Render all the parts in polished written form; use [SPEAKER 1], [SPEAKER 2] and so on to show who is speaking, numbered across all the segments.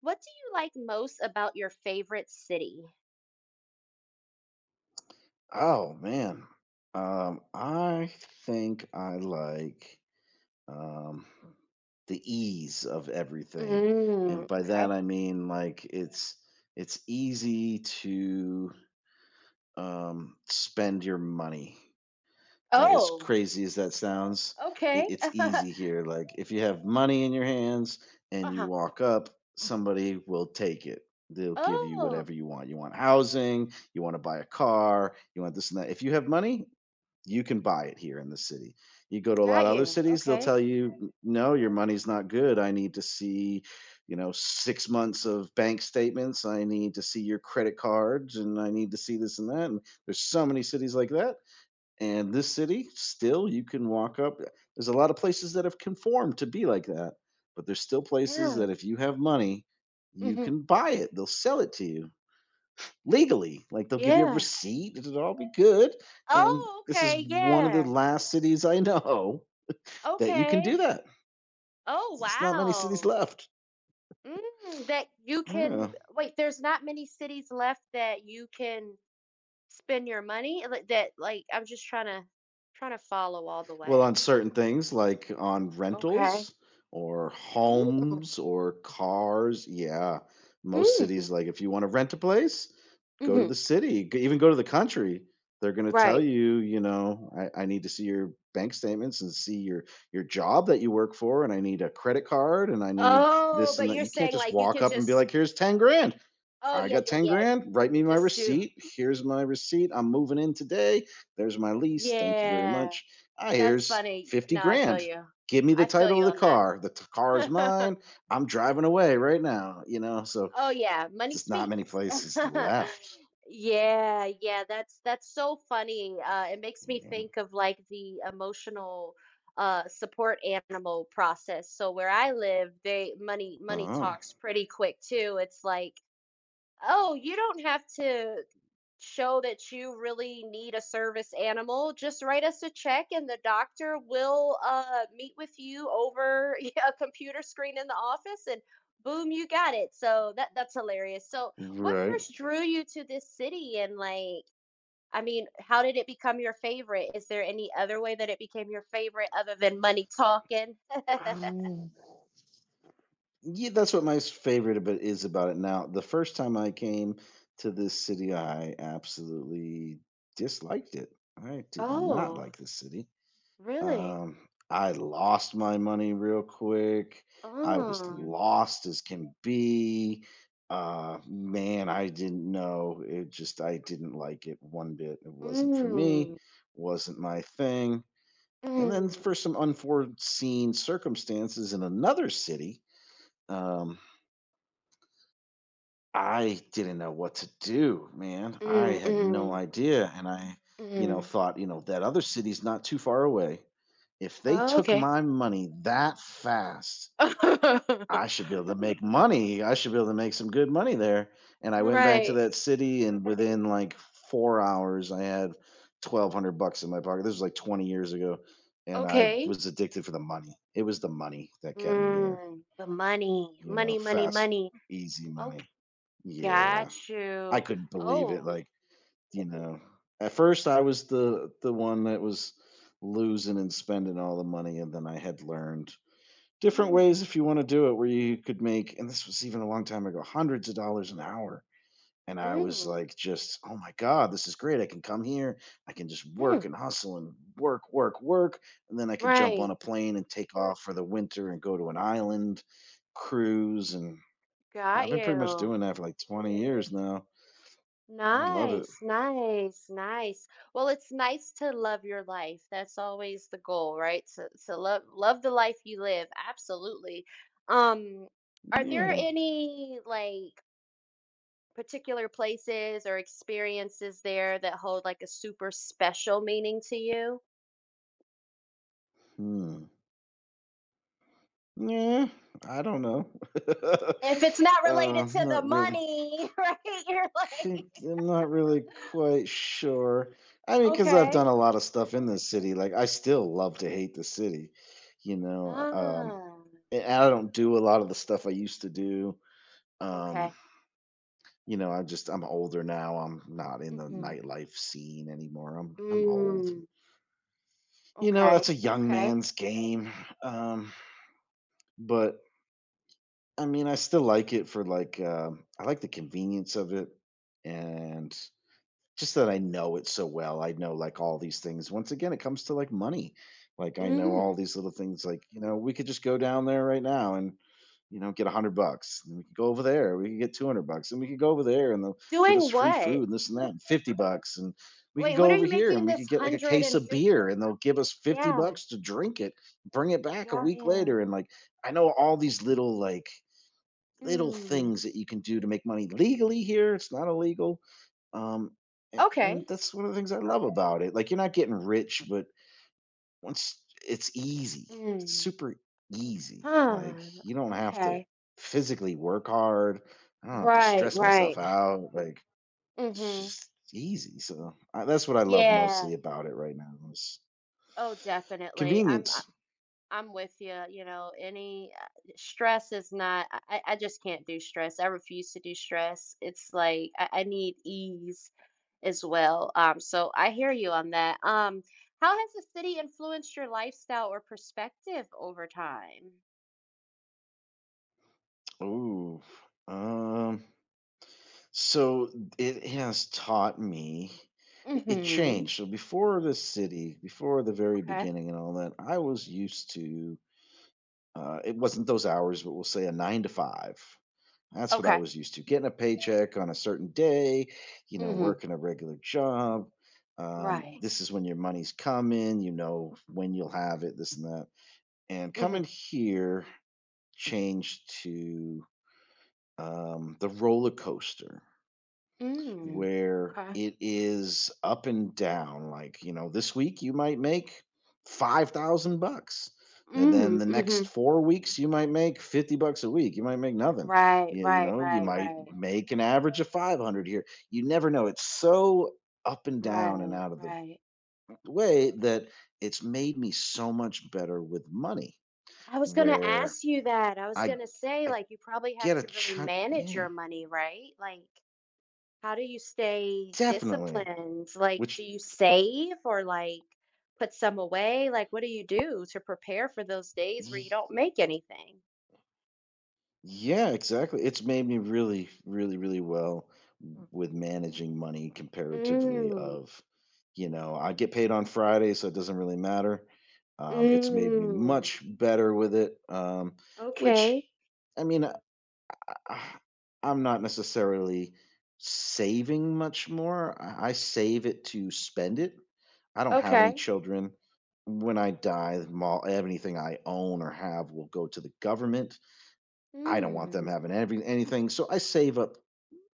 [SPEAKER 1] What do you like most about your favorite city?
[SPEAKER 2] Oh man. I think I like um the ease of everything.
[SPEAKER 1] Mm,
[SPEAKER 2] And by that
[SPEAKER 1] okay.
[SPEAKER 2] I mean like it's easy to spend your money. As
[SPEAKER 1] Oh,
[SPEAKER 2] crazy as that sounds, it,
[SPEAKER 1] okay.
[SPEAKER 2] it's easy here. Like if you have money in your hands and you
[SPEAKER 1] Uh-huh.
[SPEAKER 2] walk up, somebody will take it. They'll give you
[SPEAKER 1] Oh,
[SPEAKER 2] whatever you want. You want housing, you want to buy a car, you want this and that. If you have money, you can buy it here in the city. You go to a lot
[SPEAKER 1] got
[SPEAKER 2] of other
[SPEAKER 1] you.
[SPEAKER 2] cities, they'll
[SPEAKER 1] Okay.
[SPEAKER 2] tell you, "No, your money's not good. I need to see, you know, 6 months of bank statements. I need to see your credit cards and I need to see this and that. And there's so many cities like that and this city, still, you can walk up. There's a lot of places that have conformed to be like that, but there's still places
[SPEAKER 1] Yeah.
[SPEAKER 2] that if you have money, you
[SPEAKER 1] Hmm.
[SPEAKER 2] can buy it. They'll sell it to you legally. Like they'll give you a
[SPEAKER 1] Yeah.
[SPEAKER 2] receipt. It'll all be good. And
[SPEAKER 1] Oh,
[SPEAKER 2] this is
[SPEAKER 1] okay.
[SPEAKER 2] one of the
[SPEAKER 1] Yeah.
[SPEAKER 2] last cities I know that you can
[SPEAKER 1] Okay.
[SPEAKER 2] do that.
[SPEAKER 1] Oh,
[SPEAKER 2] It's not many cities
[SPEAKER 1] wow.
[SPEAKER 2] left.
[SPEAKER 1] That you
[SPEAKER 2] Yeah.
[SPEAKER 1] can wait, there's not many cities left that you can spend your money like that, like I'm just trying to, trying to follow all the
[SPEAKER 2] Well,
[SPEAKER 1] way.
[SPEAKER 2] on certain things like on
[SPEAKER 1] Okay.
[SPEAKER 2] rentals or
[SPEAKER 1] Mm-hmm.
[SPEAKER 2] homes or cars, yeah. Most
[SPEAKER 1] Hmm.
[SPEAKER 2] cities, like if you want to rent a place, go to
[SPEAKER 1] Mm-hmm.
[SPEAKER 2] the city, even go to the country. They're going to tell
[SPEAKER 1] Right.
[SPEAKER 2] you, you know, I need to see your bank statements and see your job that you work for, and I need a credit card, and I need
[SPEAKER 1] Oh,
[SPEAKER 2] this and
[SPEAKER 1] but
[SPEAKER 2] that.
[SPEAKER 1] you're
[SPEAKER 2] You can't
[SPEAKER 1] saying
[SPEAKER 2] just
[SPEAKER 1] like you
[SPEAKER 2] walk
[SPEAKER 1] can
[SPEAKER 2] up and be
[SPEAKER 1] just,
[SPEAKER 2] like, "Here's 10 grand."
[SPEAKER 1] oh
[SPEAKER 2] I
[SPEAKER 1] yeah,
[SPEAKER 2] got
[SPEAKER 1] yeah,
[SPEAKER 2] 10
[SPEAKER 1] yeah,
[SPEAKER 2] grand. Write me my
[SPEAKER 1] just do.
[SPEAKER 2] receipt. Here's my receipt. I'm moving in today. There's my lease. Thank you very
[SPEAKER 1] Yeah,
[SPEAKER 2] much. Ah,
[SPEAKER 1] that's
[SPEAKER 2] here's
[SPEAKER 1] funny.
[SPEAKER 2] 50
[SPEAKER 1] No, I feel
[SPEAKER 2] grand.
[SPEAKER 1] you.
[SPEAKER 2] Give me the
[SPEAKER 1] I feel
[SPEAKER 2] title of
[SPEAKER 1] you
[SPEAKER 2] the
[SPEAKER 1] on
[SPEAKER 2] car. The car is
[SPEAKER 1] that.
[SPEAKER 2] mine. I'm driving away right now. You know, so
[SPEAKER 1] Oh yeah, money
[SPEAKER 2] there's not many
[SPEAKER 1] speaks.
[SPEAKER 2] places left.
[SPEAKER 1] Yeah, yeah, that's so funny. It makes me
[SPEAKER 2] Yeah.
[SPEAKER 1] think of like the emotional support animal process. So where I live, they money
[SPEAKER 2] Uh-huh.
[SPEAKER 1] talks pretty quick too. It's like, "Oh, you don't have to show that you really need a service animal, just write us a check and the doctor will meet with you over a computer screen in the office and boom, you got it." So that's hilarious. So what
[SPEAKER 2] Right.
[SPEAKER 1] first drew you to this city, and like, I mean, how did it become your favorite? Is there any other way that it became your favorite other than money talking?
[SPEAKER 2] Um, yeah, that's what my favorite about is about it now. The first time I came to this city, I absolutely disliked it. I did not
[SPEAKER 1] Oh,
[SPEAKER 2] like this city.
[SPEAKER 1] really?
[SPEAKER 2] Um, I lost my money real quick. I was
[SPEAKER 1] Oh,
[SPEAKER 2] lost as can be. Man, I didn't know. It just, I didn't like it one bit. It wasn't for me,
[SPEAKER 1] mm,
[SPEAKER 2] wasn't my thing. And then for
[SPEAKER 1] mm,
[SPEAKER 2] some unforeseen circumstances in another city, um, I didn't know what to do, man. I
[SPEAKER 1] mm,
[SPEAKER 2] had no
[SPEAKER 1] mm,
[SPEAKER 2] idea. And you know,
[SPEAKER 1] mm.
[SPEAKER 2] thought, you know, that other city's not too far away. If they
[SPEAKER 1] Oh,
[SPEAKER 2] took
[SPEAKER 1] okay.
[SPEAKER 2] my money that fast, I should be able to make money. I should be able to make some good money there. And I went back to
[SPEAKER 1] Right.
[SPEAKER 2] that city, and within like 4 hours, I had 1,200 bucks in my pocket. This was like 20 years ago, and I
[SPEAKER 1] Okay.
[SPEAKER 2] was addicted for the money. It was the money that kept me here,
[SPEAKER 1] Mm, the money.
[SPEAKER 2] you know,
[SPEAKER 1] Money, money,
[SPEAKER 2] fast,
[SPEAKER 1] money.
[SPEAKER 2] easy
[SPEAKER 1] Okay,
[SPEAKER 2] money. Yeah.
[SPEAKER 1] got
[SPEAKER 2] I
[SPEAKER 1] you.
[SPEAKER 2] couldn't believe it.
[SPEAKER 1] Oh.
[SPEAKER 2] Like, you know, at first I was the one that was losing and spending all the money, and then I had learned different ways
[SPEAKER 1] Mm,
[SPEAKER 2] if you wanna do it where you could make, and this was even a long time ago, hundreds of dollars an hour, and I was
[SPEAKER 1] mm,
[SPEAKER 2] like, just, "Oh my god, this is great, I can come here, I can just work
[SPEAKER 1] mm.
[SPEAKER 2] and hustle and work, work, work, and then I can jump on
[SPEAKER 1] Right.
[SPEAKER 2] a plane and take off for the winter and go to an island cruise," and I've
[SPEAKER 1] Got
[SPEAKER 2] been pretty much
[SPEAKER 1] you.
[SPEAKER 2] doing that for like 20 years now. I love it.
[SPEAKER 1] Nice, nice, nice. Well, it's nice to love your life. That's always the goal, right? To love the life you live. Absolutely. Um, are there
[SPEAKER 2] Yeah.
[SPEAKER 1] any like particular places or experiences there that hold like a super special meaning to you?
[SPEAKER 2] Hmm. Yeah, I don't know.
[SPEAKER 1] If it's not related to the
[SPEAKER 2] Not really.
[SPEAKER 1] money, right? You're
[SPEAKER 2] Think
[SPEAKER 1] like,
[SPEAKER 2] I'm not really quite sure. I mean, because I've
[SPEAKER 1] okay.
[SPEAKER 2] done a lot of stuff in this city. Like, I still love to hate the city, you know. Um,
[SPEAKER 1] Ah,
[SPEAKER 2] and I don't do a lot of the stuff I used to do. Um,
[SPEAKER 1] okay.
[SPEAKER 2] you know, I just I'm older now. I'm not in the
[SPEAKER 1] Hmm.
[SPEAKER 2] nightlife scene anymore. I'm old.
[SPEAKER 1] Mm,
[SPEAKER 2] You know, that's a
[SPEAKER 1] okay.
[SPEAKER 2] young
[SPEAKER 1] Okay.
[SPEAKER 2] man's game. Um, but I mean, I still like it for like I like the convenience of it, and just that I know it so well. I know, like, all these things. Once again, it comes to, like, money. Like, I know all
[SPEAKER 1] Mm.
[SPEAKER 2] these little things, like, you know, we could just go down there right now and, you know, get 100 bucks, and we could go over there, we could get 200 bucks, and we could go over there, and they'll give us
[SPEAKER 1] Doing
[SPEAKER 2] free food
[SPEAKER 1] what?
[SPEAKER 2] and this and that, and 50 bucks, and we could
[SPEAKER 1] Wait, what
[SPEAKER 2] go
[SPEAKER 1] are
[SPEAKER 2] over
[SPEAKER 1] you
[SPEAKER 2] here, and
[SPEAKER 1] making
[SPEAKER 2] we
[SPEAKER 1] this,
[SPEAKER 2] could get, like, a case of
[SPEAKER 1] 150?
[SPEAKER 2] beer, and they'll give us 50
[SPEAKER 1] Yeah.
[SPEAKER 2] bucks to drink it, bring it back a
[SPEAKER 1] Yeah.
[SPEAKER 2] week
[SPEAKER 1] Yeah.
[SPEAKER 2] later, and, like, I know all these little, like, little
[SPEAKER 1] Mm.
[SPEAKER 2] things that you can do to make money legally here, it's not illegal, um, and
[SPEAKER 1] Okay.
[SPEAKER 2] that's one of the things I love about it. Like you're not getting rich, but once it's easy, it's
[SPEAKER 1] Mm.
[SPEAKER 2] super easy.
[SPEAKER 1] Huh.
[SPEAKER 2] Like you don't have to
[SPEAKER 1] Okay.
[SPEAKER 2] physically work hard. I don't have to
[SPEAKER 1] Right.
[SPEAKER 2] stress myself
[SPEAKER 1] Right.
[SPEAKER 2] out. Like it's
[SPEAKER 1] Mhm.
[SPEAKER 2] just easy. So that's what I love mostly
[SPEAKER 1] Yeah.
[SPEAKER 2] about it right now is
[SPEAKER 1] Oh, definitely.
[SPEAKER 2] convenience.
[SPEAKER 1] I'm with you. You know, any stress is not. I just can't do stress. I refuse to do stress. It's like I need ease as well. So I hear you on that. How has the city influenced your lifestyle or perspective over time?
[SPEAKER 2] Ooh, um, so it has taught me. It
[SPEAKER 1] Mm-hmm.
[SPEAKER 2] changed. So before the city, before the very
[SPEAKER 1] Okay.
[SPEAKER 2] beginning and all that, I was used to. It wasn't those hours, but we'll say a nine to five. That's what I
[SPEAKER 1] Okay.
[SPEAKER 2] was used to. Getting a paycheck on a certain day, you know,
[SPEAKER 1] Mm-hmm.
[SPEAKER 2] working a regular job.
[SPEAKER 1] Right.
[SPEAKER 2] This is when your money's coming. You know when you'll have it. This and that. And
[SPEAKER 1] Mm-hmm.
[SPEAKER 2] coming here changed to the roller coaster
[SPEAKER 1] Mm.
[SPEAKER 2] where
[SPEAKER 1] Okay.
[SPEAKER 2] it is up and down. Like, you know, this week you might make 5,000 bucks. And then
[SPEAKER 1] Mm.
[SPEAKER 2] the
[SPEAKER 1] Mm-hmm.
[SPEAKER 2] next 4 weeks, you might make 50 bucks a week. You might make nothing.
[SPEAKER 1] Right.
[SPEAKER 2] You
[SPEAKER 1] Right.
[SPEAKER 2] know, you
[SPEAKER 1] Right.
[SPEAKER 2] might
[SPEAKER 1] Right.
[SPEAKER 2] make an average of 500 here. You never know. It's so up and down and
[SPEAKER 1] Right.
[SPEAKER 2] out of the
[SPEAKER 1] Right.
[SPEAKER 2] way that it's made me so much better with money
[SPEAKER 1] I was gonna
[SPEAKER 2] where
[SPEAKER 1] ask you that. I was
[SPEAKER 2] I,
[SPEAKER 1] gonna say,
[SPEAKER 2] I
[SPEAKER 1] like, you probably have
[SPEAKER 2] get a
[SPEAKER 1] to really
[SPEAKER 2] chunk.
[SPEAKER 1] manage
[SPEAKER 2] Yeah,
[SPEAKER 1] your money, right? Like, how do you stay
[SPEAKER 2] definitely.
[SPEAKER 1] disciplined? Like, do
[SPEAKER 2] Which
[SPEAKER 1] you save or like put some away? Like, what do you do to prepare for those days where you don't make anything?
[SPEAKER 2] yeah, exactly. It's made me really, really, really well mm, with managing money comparatively
[SPEAKER 1] Mm,
[SPEAKER 2] of, you know, I get paid on Friday, so it doesn't really matter. It's made me
[SPEAKER 1] mm,
[SPEAKER 2] much better with it, which,
[SPEAKER 1] okay,
[SPEAKER 2] I mean, I- I'm not necessarily saving much more. I save it to spend it. I don't have any
[SPEAKER 1] okay.
[SPEAKER 2] children. When I die, mall, anything I own or have will go to the government. I don't want them
[SPEAKER 1] Mm,
[SPEAKER 2] having every anything, so I save up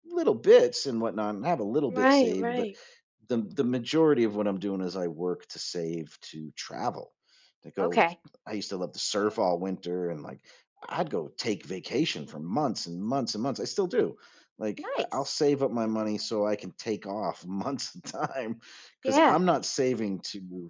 [SPEAKER 2] little bits and whatnot and have a little bit
[SPEAKER 1] right,
[SPEAKER 2] saved, but
[SPEAKER 1] right.
[SPEAKER 2] the majority of what I'm doing is I work to save to travel, to go.
[SPEAKER 1] Okay,
[SPEAKER 2] I used to love to surf all winter and, like, I'd go take vacation for months and months and months, I still do, like, I'll
[SPEAKER 1] nice.
[SPEAKER 2] save up my
[SPEAKER 1] Mhm.
[SPEAKER 2] money so I can take off months at a time, because 'cause
[SPEAKER 1] Yeah,
[SPEAKER 2] I'm not saving to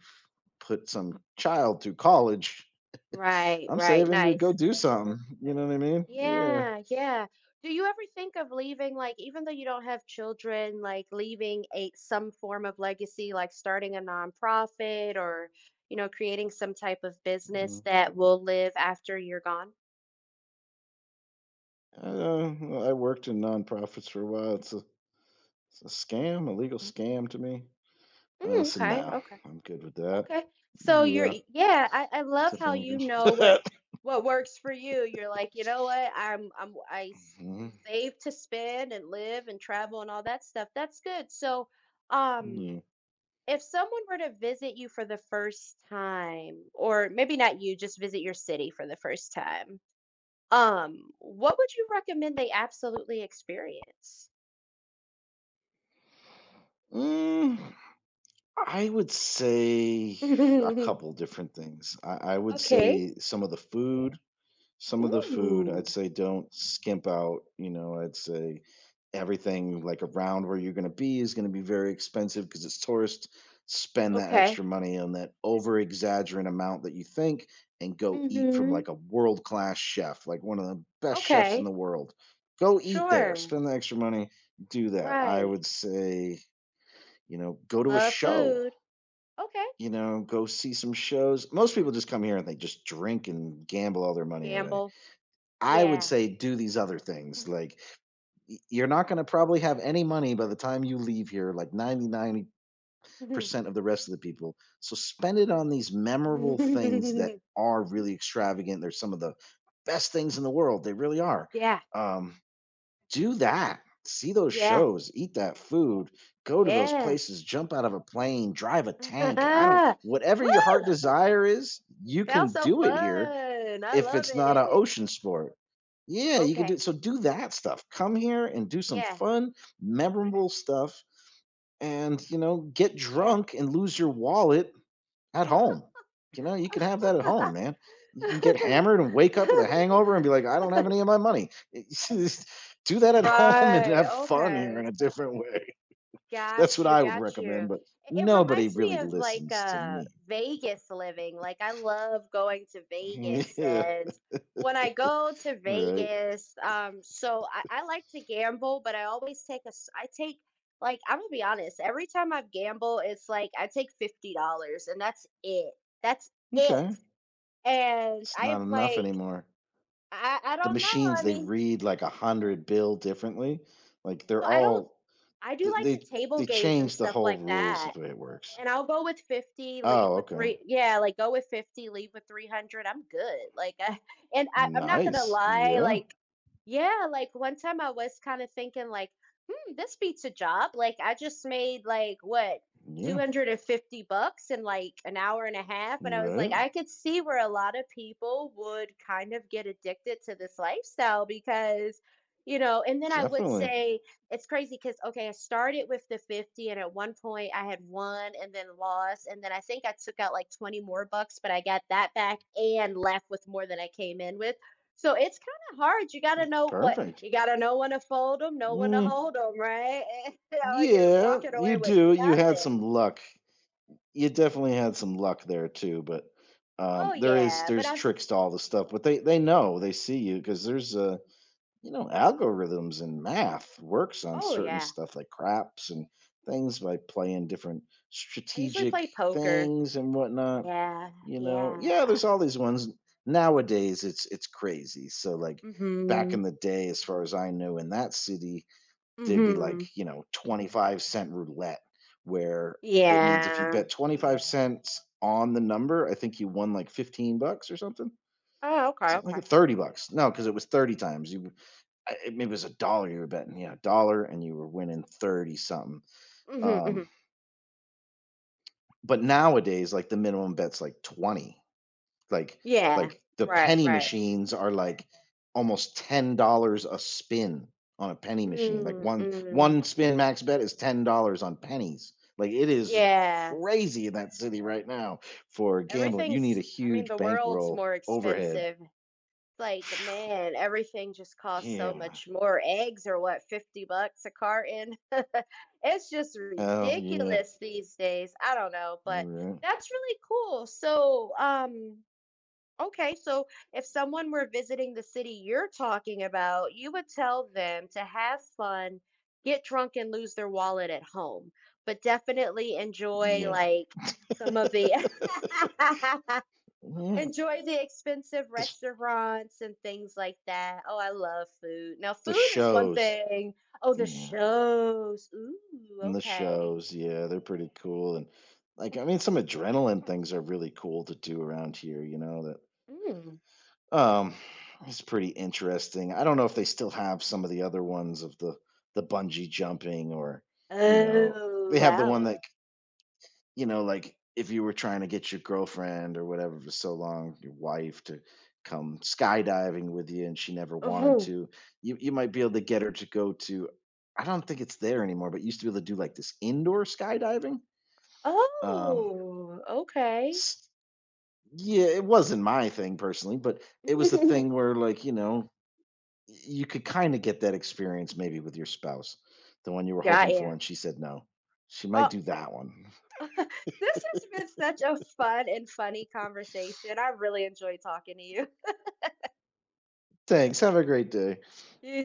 [SPEAKER 2] put some child through college,
[SPEAKER 1] right,
[SPEAKER 2] I'm
[SPEAKER 1] right,
[SPEAKER 2] saving to go
[SPEAKER 1] nice.
[SPEAKER 2] do something, you know what I mean? Yeah.
[SPEAKER 1] Yeah, yeah. Do you ever think of leaving, like, even though you don't have children, like leaving a some form of legacy, like starting a nonprofit, or you know, creating some type of
[SPEAKER 2] Mm.
[SPEAKER 1] business that will live after you're gone?
[SPEAKER 2] I worked in nonprofits for a while. It's a scam, a legal scam to me. Uh,
[SPEAKER 1] Mm,
[SPEAKER 2] so
[SPEAKER 1] okay,
[SPEAKER 2] now
[SPEAKER 1] okay,
[SPEAKER 2] I'm good with that.
[SPEAKER 1] okay. So you're,
[SPEAKER 2] Yeah,
[SPEAKER 1] yeah, I love how
[SPEAKER 2] definitely
[SPEAKER 1] you
[SPEAKER 2] good
[SPEAKER 1] know
[SPEAKER 2] with that.
[SPEAKER 1] what works for you. You're like, you know what,
[SPEAKER 2] Mhm.
[SPEAKER 1] save to spend and live and travel and all that stuff. That's good. So, um.
[SPEAKER 2] Yeah.
[SPEAKER 1] If someone were to visit you for the first time, or maybe not you, just visit your city for the first time, what would you recommend they absolutely experience?
[SPEAKER 2] Mm, I would say a couple different things. I would
[SPEAKER 1] Okay.
[SPEAKER 2] say some of the food. Some of the food, I'd
[SPEAKER 1] Ooh.
[SPEAKER 2] say don't skimp out, you know, I'd say everything like around where you're gonna be is gonna be very expensive because it's tourist. Spend that
[SPEAKER 1] Okay.
[SPEAKER 2] extra money on that over exaggerant amount that you think and go eat from
[SPEAKER 1] Mhm.
[SPEAKER 2] like a world class chef, like one of the best chefs in
[SPEAKER 1] Okay.
[SPEAKER 2] the world. Go eat there,
[SPEAKER 1] Sure.
[SPEAKER 2] spend the extra money, do that. I
[SPEAKER 1] Right.
[SPEAKER 2] would say, you know, go to a
[SPEAKER 1] Love
[SPEAKER 2] show,
[SPEAKER 1] food. Okay.
[SPEAKER 2] you know, go see some shows. Most people just come here and they just drink and gamble all their money away.
[SPEAKER 1] Gamble.
[SPEAKER 2] I would
[SPEAKER 1] Yeah.
[SPEAKER 2] say do these other things. Like, you're not going to probably have any money by the time you leave here, like 99% of the rest of the people. So spend it on these memorable things that are really extravagant. They're some of the best things in the world. They really are.
[SPEAKER 1] Yeah. Yeah.
[SPEAKER 2] Um, do that. See those shows, eat that food, go to those
[SPEAKER 1] Yeah.
[SPEAKER 2] places, jump out of a plane, drive a tank. I don't, whatever your
[SPEAKER 1] Woo!
[SPEAKER 2] heart desire is, you
[SPEAKER 1] Sounds
[SPEAKER 2] can
[SPEAKER 1] so
[SPEAKER 2] do it here
[SPEAKER 1] fun. I
[SPEAKER 2] if
[SPEAKER 1] love
[SPEAKER 2] it's not an
[SPEAKER 1] it.
[SPEAKER 2] ocean sport. Yeah, you can do
[SPEAKER 1] Okay.
[SPEAKER 2] so do that stuff. Come here and do some
[SPEAKER 1] Yeah.
[SPEAKER 2] fun, memorable stuff and, you know, get
[SPEAKER 1] Yeah.
[SPEAKER 2] drunk and lose your wallet at home. You know, you can have that at home, man. You can get hammered and wake up with a hangover and be like, "I don't have any of my money." Do that at home and
[SPEAKER 1] Right.
[SPEAKER 2] have fun here
[SPEAKER 1] Okay.
[SPEAKER 2] in a different way. That's
[SPEAKER 1] Got
[SPEAKER 2] what
[SPEAKER 1] you.
[SPEAKER 2] I would
[SPEAKER 1] Got you.
[SPEAKER 2] recommend, but
[SPEAKER 1] It
[SPEAKER 2] nobody
[SPEAKER 1] reminds me
[SPEAKER 2] really
[SPEAKER 1] of like
[SPEAKER 2] listens to me.
[SPEAKER 1] Vegas living. Like I love going to Vegas,
[SPEAKER 2] Yeah,
[SPEAKER 1] and when I go to
[SPEAKER 2] right.
[SPEAKER 1] Vegas, so I like to gamble, but I always take a, I take, like, I'm gonna be honest, every time I gamble, it's like I take $50 and that's it. That's it.
[SPEAKER 2] Okay.
[SPEAKER 1] And
[SPEAKER 2] It's not
[SPEAKER 1] I've
[SPEAKER 2] enough
[SPEAKER 1] like,
[SPEAKER 2] anymore.
[SPEAKER 1] I
[SPEAKER 2] The
[SPEAKER 1] don't know,
[SPEAKER 2] machines
[SPEAKER 1] I
[SPEAKER 2] they
[SPEAKER 1] mean,
[SPEAKER 2] read like a hundred bill differently. Like they're
[SPEAKER 1] so I don't,
[SPEAKER 2] all
[SPEAKER 1] I do
[SPEAKER 2] th-
[SPEAKER 1] like the
[SPEAKER 2] they
[SPEAKER 1] table
[SPEAKER 2] they
[SPEAKER 1] games and
[SPEAKER 2] change the
[SPEAKER 1] stuff
[SPEAKER 2] whole
[SPEAKER 1] like
[SPEAKER 2] rules of
[SPEAKER 1] that,
[SPEAKER 2] the way it works.
[SPEAKER 1] and I'll go with 50, leave
[SPEAKER 2] Oh,
[SPEAKER 1] with
[SPEAKER 2] okay.
[SPEAKER 1] three, yeah, like, go with 50, leave with 300, I'm good, like, I and I'm not gonna
[SPEAKER 2] Nice.
[SPEAKER 1] lie,
[SPEAKER 2] Yeah.
[SPEAKER 1] like yeah, like, one time I was kinda thinking, like, "Hmm, this beats a job," like, I just made, like, what,
[SPEAKER 2] Yeah.
[SPEAKER 1] 250 bucks in, like, an hour and a half, and I was like,
[SPEAKER 2] Right.
[SPEAKER 1] I could see where a lot of people would kind of get addicted to this lifestyle because, you know, and then I would
[SPEAKER 2] Definitely.
[SPEAKER 1] say it's crazy because okay, I started with the 50 and at one point I had won and then lost. And then I think I took out like 20 more bucks, but I got that back and left with more than I came in with. So it's kind of hard. You got to know what
[SPEAKER 2] Perfect.
[SPEAKER 1] you got to, know when to fold them, know when to
[SPEAKER 2] Mm,
[SPEAKER 1] hold them, right? Or you're
[SPEAKER 2] yeah,
[SPEAKER 1] walking away
[SPEAKER 2] you
[SPEAKER 1] with
[SPEAKER 2] do. You had some
[SPEAKER 1] nothing.
[SPEAKER 2] luck. You definitely had some luck there too, but
[SPEAKER 1] Oh,
[SPEAKER 2] there is
[SPEAKER 1] yeah. But
[SPEAKER 2] there's
[SPEAKER 1] I've,
[SPEAKER 2] tricks to all the stuff, but they know, they see you because there's a, you know, algorithms and math works on
[SPEAKER 1] oh,
[SPEAKER 2] certain
[SPEAKER 1] yeah.
[SPEAKER 2] stuff like craps and things by playing different
[SPEAKER 1] I usually
[SPEAKER 2] strategic
[SPEAKER 1] play poker.
[SPEAKER 2] things and whatnot.
[SPEAKER 1] Yeah.
[SPEAKER 2] You know, yeah, there's
[SPEAKER 1] Yeah.
[SPEAKER 2] all these ones nowadays. It's crazy. So like
[SPEAKER 1] Mm
[SPEAKER 2] back
[SPEAKER 1] hmm.
[SPEAKER 2] in the day, as far as I know, in that city,
[SPEAKER 1] Mm
[SPEAKER 2] there'd be
[SPEAKER 1] hmm.
[SPEAKER 2] like you know 25 cent roulette, where it means if you
[SPEAKER 1] Yeah.
[SPEAKER 2] bet 25 cents on the number, I think you won like 15 bucks or something,
[SPEAKER 1] Oh, okay.
[SPEAKER 2] something like a
[SPEAKER 1] Okay.
[SPEAKER 2] 30 bucks. No, because it was 30 times. You I it maybe it was a dollar you were betting, yeah, a dollar and you were winning 30 something.
[SPEAKER 1] Mm hmm.
[SPEAKER 2] Um, but nowadays, like, the minimum bet's, like, 20. Like
[SPEAKER 1] Yeah.
[SPEAKER 2] like, the
[SPEAKER 1] Right,
[SPEAKER 2] penny
[SPEAKER 1] right.
[SPEAKER 2] machines are, like, almost $10 a spin on a penny machine. Like,
[SPEAKER 1] Mm,
[SPEAKER 2] one
[SPEAKER 1] mm.
[SPEAKER 2] one spin max bet is $10 on pennies. Like, it is
[SPEAKER 1] Yeah.
[SPEAKER 2] crazy in that city right now for gambling. You need a
[SPEAKER 1] Everything's, I mean,
[SPEAKER 2] huge
[SPEAKER 1] the world's
[SPEAKER 2] bankroll
[SPEAKER 1] more
[SPEAKER 2] overhead.
[SPEAKER 1] expensive. Like, man, everything just costs so
[SPEAKER 2] Yeah.
[SPEAKER 1] much more. Eggs are what, 50 bucks a carton? It's just
[SPEAKER 2] Oh, yeah.
[SPEAKER 1] ridiculous these days. I don't know,
[SPEAKER 2] All
[SPEAKER 1] but
[SPEAKER 2] right.
[SPEAKER 1] that's really cool. So, okay, so if someone were visiting the city you're talking about, you would tell them to have fun, get drunk, and lose their wallet at home, but definitely enjoy like some of
[SPEAKER 2] Yeah.
[SPEAKER 1] the enjoy the expensive
[SPEAKER 2] The sh
[SPEAKER 1] restaurants and things like that. Oh, I love food. Now,
[SPEAKER 2] the
[SPEAKER 1] food is one
[SPEAKER 2] shows,
[SPEAKER 1] thing. Oh, the
[SPEAKER 2] yeah,
[SPEAKER 1] shows. Ooh,
[SPEAKER 2] and the
[SPEAKER 1] okay.
[SPEAKER 2] shows, yeah, they're pretty cool, and, like, I mean, some adrenaline things are really cool to do around here, you know,
[SPEAKER 1] Mm.
[SPEAKER 2] that, um, it's pretty interesting. I don't know if they still have some of the other ones of the bungee jumping or, you know,
[SPEAKER 1] Oh,
[SPEAKER 2] they have the one,
[SPEAKER 1] wow.
[SPEAKER 2] yeah, that you know, like if you were trying to get your girlfriend or whatever for so long, your wife to come skydiving with you and she never wanted
[SPEAKER 1] Mhm.
[SPEAKER 2] to, you might be able to get her to go to. I don't think it's there anymore, but you used to be able to do like this indoor skydiving. Um
[SPEAKER 1] Oh, okay.
[SPEAKER 2] s- yeah, it wasn't my thing personally, but it was the thing where like, you know, you could kind of get that experience maybe with your spouse, the one you were
[SPEAKER 1] Got
[SPEAKER 2] hoping for
[SPEAKER 1] ya.
[SPEAKER 2] and she said no. She might
[SPEAKER 1] Oh,
[SPEAKER 2] do that one.
[SPEAKER 1] this has been such a fun and funny conversation. I really enjoyed talking to you.
[SPEAKER 2] Thanks. Have a great day.
[SPEAKER 1] You